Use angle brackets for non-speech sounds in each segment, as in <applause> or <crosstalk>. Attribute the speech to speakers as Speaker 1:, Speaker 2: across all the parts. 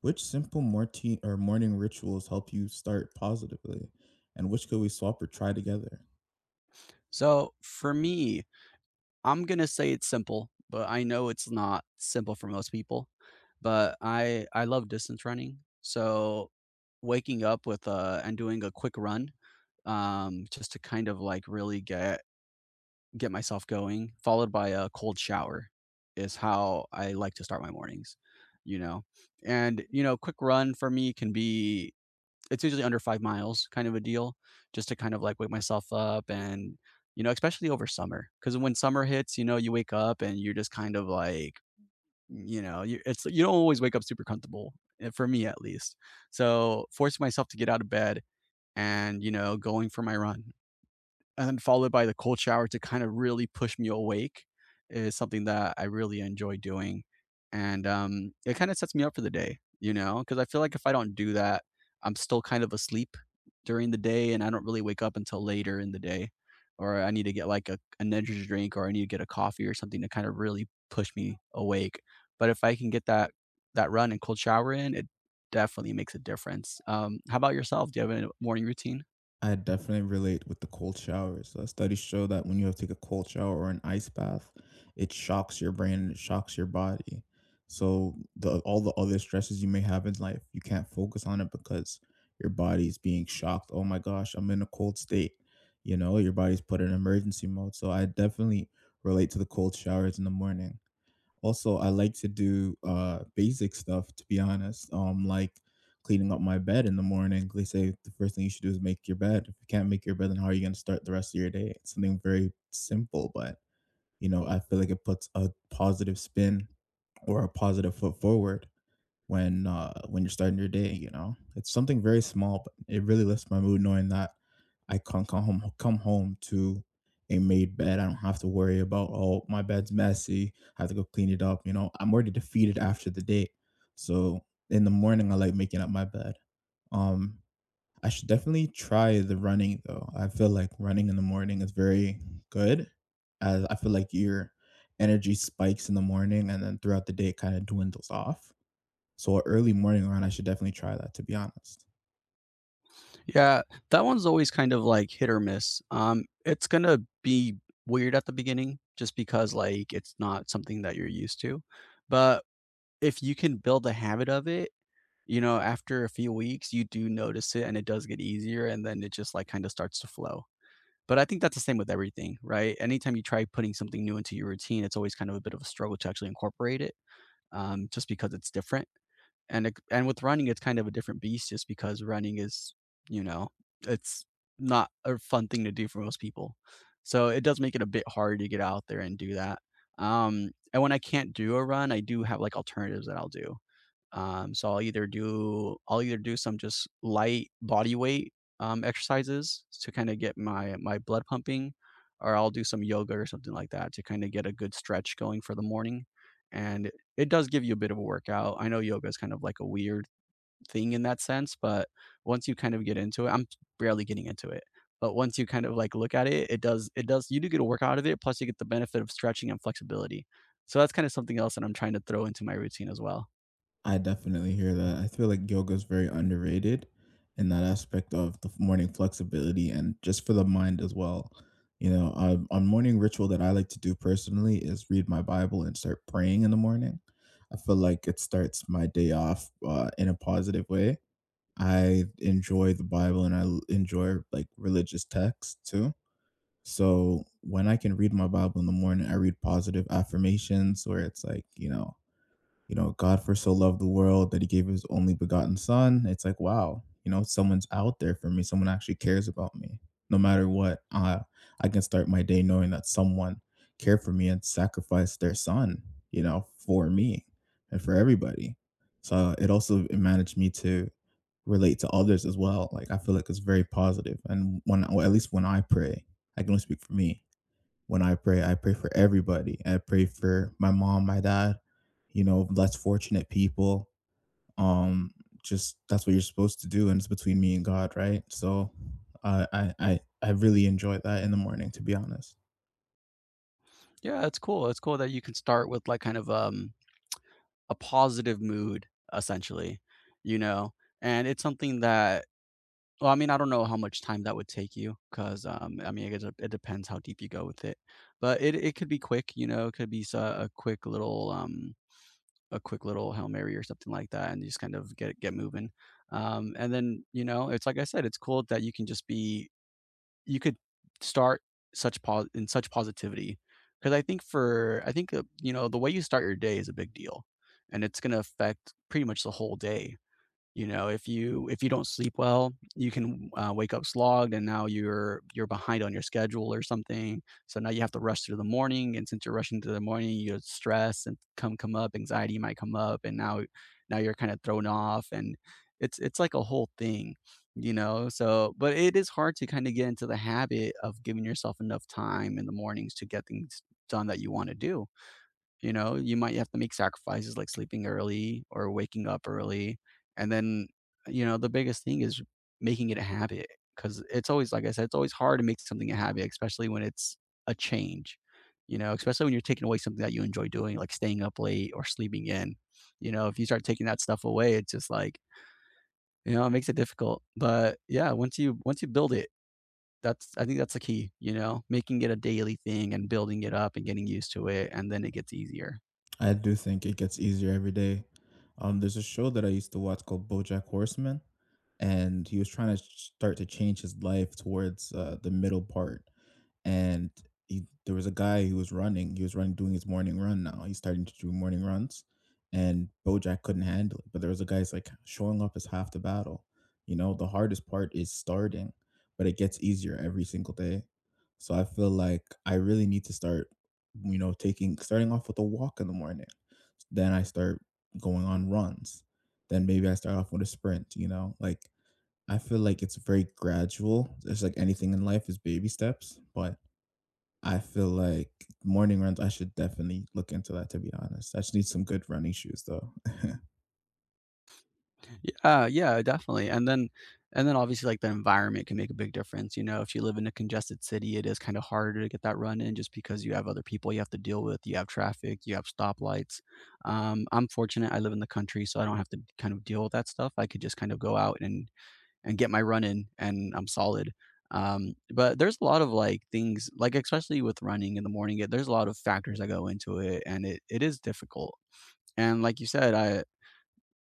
Speaker 1: Which simple morti- or morning rituals help you start positively? And which could we swap or try together?
Speaker 2: So for me, I'm gonna say it's simple, but I know it's not simple for most people. But I love distance running. So waking up with and doing a quick run, just to kind of like really get myself going, followed by a cold shower is how I like to start my mornings, you know. And quick run for me can be it's usually under 5 miles kind of a deal just to kind of, like, wake myself up and, especially over summer, because when summer hits, you wake up and you're just kind of like, you it's you don't always wake up super comfortable, for me at least. So forcing myself to get out of bed and, going for my run and then followed by the cold shower to kind of really push me awake is something that I really enjoy doing. And it kind of sets me up for the day, because I feel like if I don't do that, I'm still kind of asleep during the day and I don't really wake up until later in the day. Or I need to get like an energy drink or I need to get a coffee or something to kind of really push me awake. But if I can get that run and cold shower in, it definitely makes a difference. How about yourself? Do you have a morning routine?
Speaker 1: I definitely relate with the cold showers. Studies show that when you have to take a cold shower or an ice bath, it shocks your brain and it shocks your body. So the all the other stresses you may have in life, you can't focus on it because your body is being shocked. Oh my gosh, I'm in a cold state. You know, your body's put in emergency mode. So I definitely relate to the cold showers in the morning. Also, I like to do, basic stuff, to be honest, like cleaning up my bed in the morning. They say the first thing you should do is make your bed. If you can't make your bed, then how are you gonna start the rest of your day? It's something very simple, but, you know, I feel like it puts a positive spin or a positive foot forward when you're starting your day, you know? It's something very small, but it really lifts my mood knowing that I can come home to a made bed. I don't have to worry about oh my bed's messy. I have to go clean it up. You know, I'm already defeated after the day. So in the morning, I like making up my bed. Um, I should definitely try the running though. I feel like running in the morning is very good, as I feel like your energy spikes in the morning and then throughout the day it kind of dwindles off. So an early morning run, I should definitely try that, to be honest.
Speaker 2: Yeah, that one's always kind of like hit or miss. It's gonna be weird at the beginning just because like it's not something that you're used to. But if you can build a habit of it, after a few weeks, you do notice it and it does get easier and then it just like kind of starts to flow. But I think that's the same with everything, right? Anytime you try putting something new into your routine, it's always kind of a bit of a struggle to actually incorporate it, just because it's different and with running it's kind of a different beast just because running is you know it's not a fun thing to do for most people, so it does make it a bit hard to get out there and do that. Um, and when I can't do a run, I do have like alternatives that I'll do. So I'll either do some just light body weight exercises to kind of get my blood pumping, or I'll do some yoga or something like that to kind of get a good stretch going for the morning. And it does give you a bit of a workout. I know yoga is kind of like a weird thing in that sense, but once you kind of get into it, I'm barely getting into it. But once you kind of like look at it, it does you do get a workout out of it, plus you get the benefit of stretching and flexibility. So that's kind of something else that I'm trying to throw into my routine as well.
Speaker 1: I definitely hear that. I feel like yoga is very underrated in that aspect of the morning flexibility and just for the mind as well. You know, a morning ritual that I like to do personally is read my Bible and start praying in the morning. I feel like it starts my day off in a positive way. I enjoy the Bible and I enjoy like religious texts too. So when I can read my Bible in the morning, I read positive affirmations where it's like, you know, God for so loved the world that he gave his only begotten son. It's like, wow, you know, someone's out there for me. Someone actually cares about me. No matter what, I can start my day knowing that someone cared for me and sacrificed their son, you know, for me and for everybody. So it also it managed me to relate to others as well. Like I feel like it's very positive. And when well, at least when I pray, I can only speak for me when I pray for everybody. I pray for my mom, my dad, you know, less fortunate people. Um, just that's what you're supposed to do, and it's between me and God, right? So, I really enjoy that in the morning, to be honest.
Speaker 2: Yeah, it's cool. It's cool that you can start with like kind of a positive mood essentially, you know. And it's something that... Well, I mean, I don't know how much time that would take you, cause I mean, I guess it just- it depends how deep you go with it, but it could be quick, you know, it could be s a quick little Hail Mary or something like that, and you just kind of get moving, and then, you know, it's like I said, it's cool that you can just be, you could start such positivity, because I think, you know, the way you start your day is a big deal, and it's gonna affect pretty much the whole day. You know, if you don't sleep well, you can, wake up slogged and now you're behind on your schedule or something. So now you have to rush through the morning, and since you're rushing through the morning, you stress and come up, anxiety might come up, and now you're kinda thrown off, and it's like a whole thing, you know? So but it is hard to kinda get into the habit of giving yourself enough time in the mornings to get things done that you wanna do. You know, you might have to make sacrifices like sleeping early or waking up early. And then, you know, the biggest thing is making it a habit because it's always, like I said, it's always hard to make something a habit, especially when it's a change, you know, especially when you're taking away something that you enjoy doing, like staying up late or sleeping in. You know, if you start taking that stuff away, it's just like, you know, it makes it difficult. But yeah, once you build it, that's... I think that's the key, you know, making it a daily thing and building it up and getting used to it and then it gets easier.
Speaker 1: I do think it gets easier every day. There's a show that I used to watch called BoJack Horseman, and he was trying to start to change his life towards the middle part, and he there was a guy who was running. He was running, doing his morning run now. He's starting to do morning runs, and BoJack couldn't handle it. But there was a guy's like showing up is half the battle. You know, the hardest part is starting, but it gets easier every single day. So I feel like I really need to start, you know, taking starting off with a walk in the morning. Then I start going on runs. Then maybe I start off with a sprint. You know, like I feel like it's very gradual. It's like anything in life is baby steps, but I feel like morning runs, I should definitely look into that, to be honest. I just need some good running shoes though.
Speaker 2: Yeah, yeah, definitely. And then obviously like the environment can make a big difference. You know, if you live in a congested city, it is kind of harder to get that run in just because you have other people you have to deal with, you have traffic, you have stoplights. I'm fortunate I live in the country, so I don't have to kind of deal with that stuff. I could just kind of go out and get my run in and I'm solid. But there's a lot of like things like especially with running in the morning, there's a lot of factors that go into it and it is difficult. And like you said, I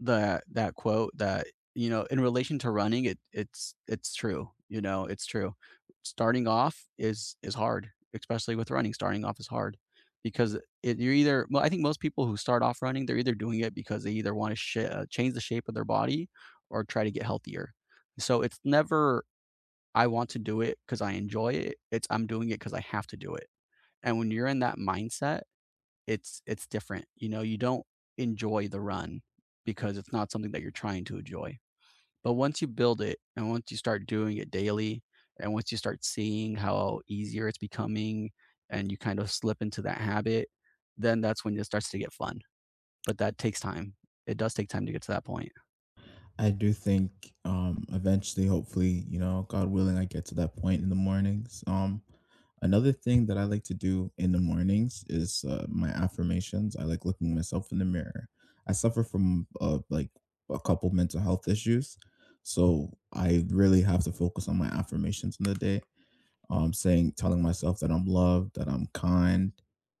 Speaker 2: the that quote that, you know, in relation to running, it's true, you know, it's true. Starting off is hard, especially with running, starting off is hard because you're either, well, I think most people who start off running, they're either doing it because they either want to change the shape of their body or try to get healthier. So it's never, I want to do it because I enjoy it. It's, I'm doing it because I have to do it. And when you're in that mindset, it's different. You know, you don't enjoy the run because it's not something that you're trying to enjoy. But once you build it and once you start doing it daily and once you start seeing how easier it's becoming and you kind of slip into that habit, then that's when it starts to get fun. But that takes time. It does take time to get to that point.
Speaker 1: I do think eventually, hopefully, you know, God willing, I get to that point in the mornings. Another thing that I like to do in the mornings is my affirmations. I like looking myself in the mirror. I suffer from like a couple mental health issues. So I really have to focus on my affirmations in the day, saying, telling myself that I'm loved, that I'm kind,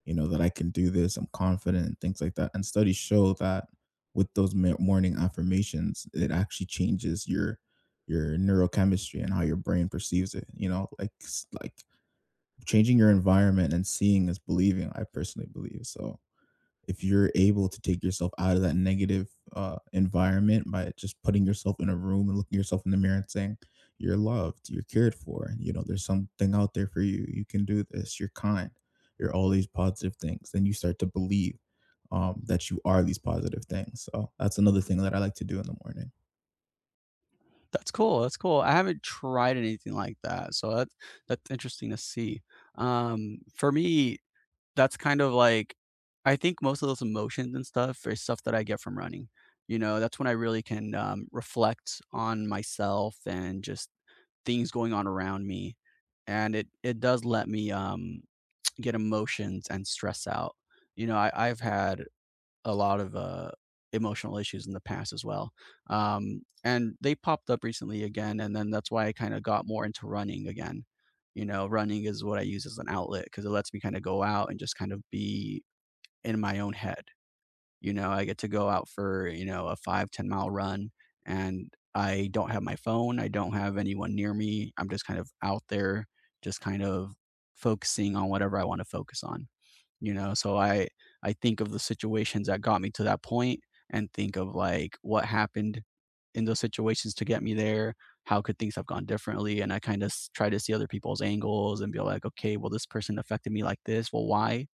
Speaker 1: you know, that I can do this, I'm confident, and things like that. And studies show that with those morning affirmations, it actually changes your neurochemistry and how your brain perceives it. You know, like changing your environment and seeing is believing. I personally believe, so if you're able to take yourself out of that negative environment by just putting yourself in a room and looking yourself in the mirror and saying you're loved, you're cared for, and you know there's something out there for you, you can do this, you're kind, you're all these positive things, then you start to believe that you are these positive things. So that's another thing that I like to do in the morning.
Speaker 2: That's cool, that's cool. I haven't tried anything like that, so that's interesting to see. For me, that's kind of like, I think most of those emotions and stuff is stuff that I get from running. You know, that's when I really can, reflect on myself and just things going on around me, and it does let me, <tsk> get emotions and stress out. You know, I've had a lot of emotional issues in the past as well. And they popped up recently again, and then that's why I kind of got more into running again. You know, running is what I use as an outlet because it lets me kind of go out and just kind of be in my own head. You know, I get to go out for, you know, a 5 to 10 mile run and I don't have my phone. I don't have anyone near me. I'm just kind of out there, just kind of focusing on whatever I want to focus on. So I think of the situations that got me to that point and think of, like, what happened in those situations to get me there, how could things have gone differently, and I kinda try to see other people's angles and be like, "Okay, well, this person affected me like this, well, why?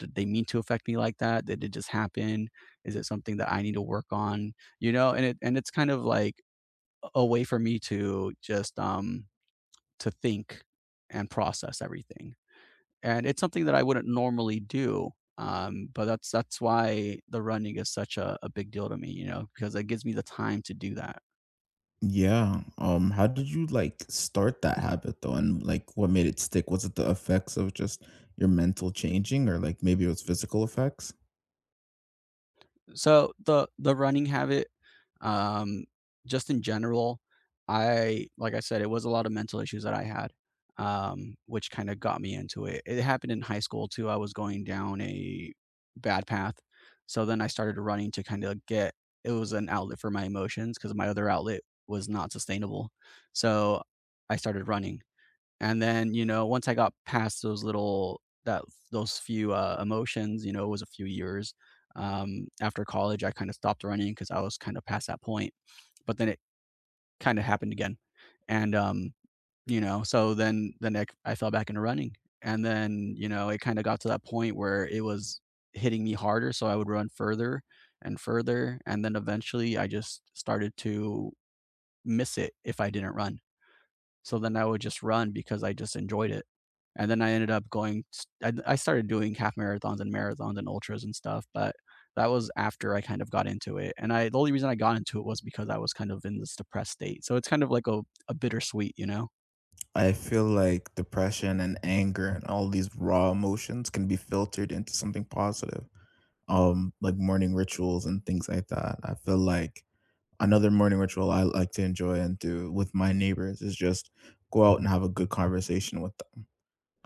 Speaker 2: Did they mean to affect me like that? Did it just happen? Is it something that I need to work on?" You know, and it's kind of like a way for me to just, to think and process everything and it's something that I wouldn't normally do. But that's why the running is such a big deal to me, you know, because it gives me the time to do that.
Speaker 1: Yeah. How did you like start that habit though, and like what made it stick? Was it the effects of just your mental changing, or like maybe it was physical effects?
Speaker 2: So the running habit, um, just in general, I like I said, it was a lot of mental issues that I had, which kind of got me into it. It happened in high school too. I was going down a bad path, so then I started running to kind of get. It was an outlet for my emotions because my other outlet was not sustainable, so I started running. And then, you know, once I got past those little that those few, emotions, you know, it was a few years, after college, I kinda stopped running because I was kinda past that point, but then it kinda happened again. And, you know, so then I fell back into running, and then, you know, it kinda got to that point where it was hitting me harder, so I would run further and further, and then eventually I just started to miss it if I didn't run. So then I would just run because I just enjoyed it. And then I ended up going, I started doing half marathons and marathons and ultras and stuff. But that was after I kind of got into it. And the only reason I got into it was because I was kind of in this depressed state. So it's kind of like a bittersweet, you know?
Speaker 1: I feel like depression and anger and all these raw emotions can be filtered into something positive, like morning rituals and things like that. I feel like another morning ritual I like to enjoy and do with my neighbors is just go out and have a good conversation with,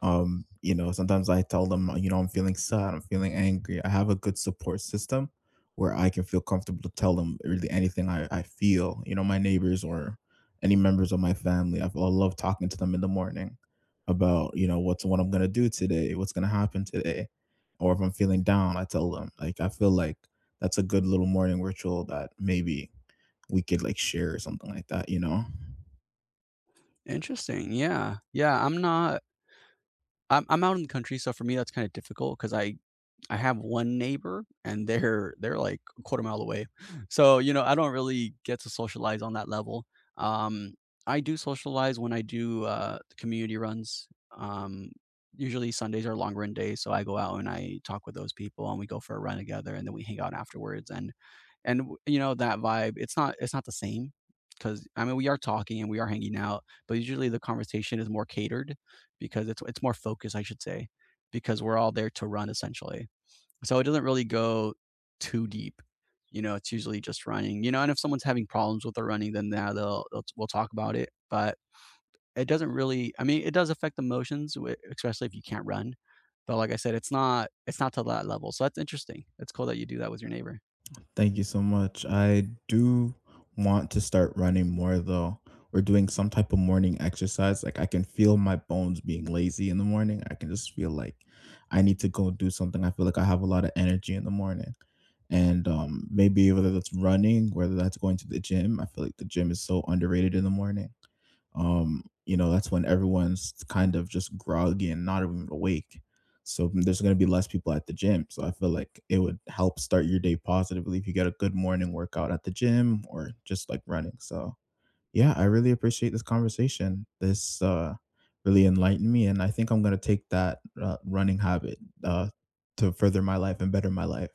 Speaker 1: you know, sometimes I tell them, you know, I'm feeling sad, I'm feeling angry. I have a good support system where I can feel comfortable to tell them really anything I feel, you know, my neighbors or any members of my family. I love talking to them in the morning about, you know, what I'm going to do today, what's going to happen today. Or if I'm feeling down, I tell them, like, I feel like that's a good little morning ritual that maybe we could like share or something like that, you know?
Speaker 2: Interesting. Yeah. Yeah. I'm not, I'm out in the country. So for me, that's kind of difficult because I have one neighbor, and they're, like, a quarter mile away. So, you know, I don't really get to socialize on that level. Um, I do socialize when I do, the community runs. Um, usually Sundays are long run days, so I go out and I talk with those people, and we go for a run together, and then we hang out afterwards, and w you know, that vibe, it's not the same because I mean, we are talking and we are hanging out, but usually the conversation is more catered because it's more focused, I should say, because we're all there to run essentially. So it doesn't really go too deep. You know, it's usually just running. You know, and if someone's having problems with their running, then now they'll we'll talk about it. But it doesn't really, I mean, it does affect the motions, especially if you can't run. But like I said, it's not to that level. So that's interesting. It's cool that you do that with your neighbor.
Speaker 1: Thank you so much. I do want to start running more though, or doing some type of morning exercise. Like I can feel my bones being lazy in the morning. I can just feel like I need to go do something. I feel like I have a lot of energy in the morning. And maybe whether that's running, whether that's going to the gym, I feel like the gym is so underrated in the morning. You know, that's when everyone's kind of just groggy and not even awake, so there's going to be less people at the gym, so I feel like it would help start your day positively if you get a good morning workout at the gym or just like running. So yeah, I really appreciate this conversation. This really enlightened me, and I think I'm going to take that running habit uh to further my life and better my life.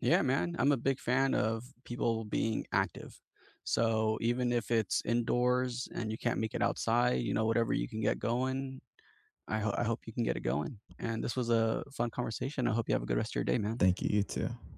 Speaker 2: Yeah, man. I'm a big fan of people being active. So even if it's indoors and you can't make it outside, you know, whatever you can get going, I hope you can get it going. And this was a fun conversation. I hope you have a good rest of your day, man.
Speaker 1: Thank you, you too.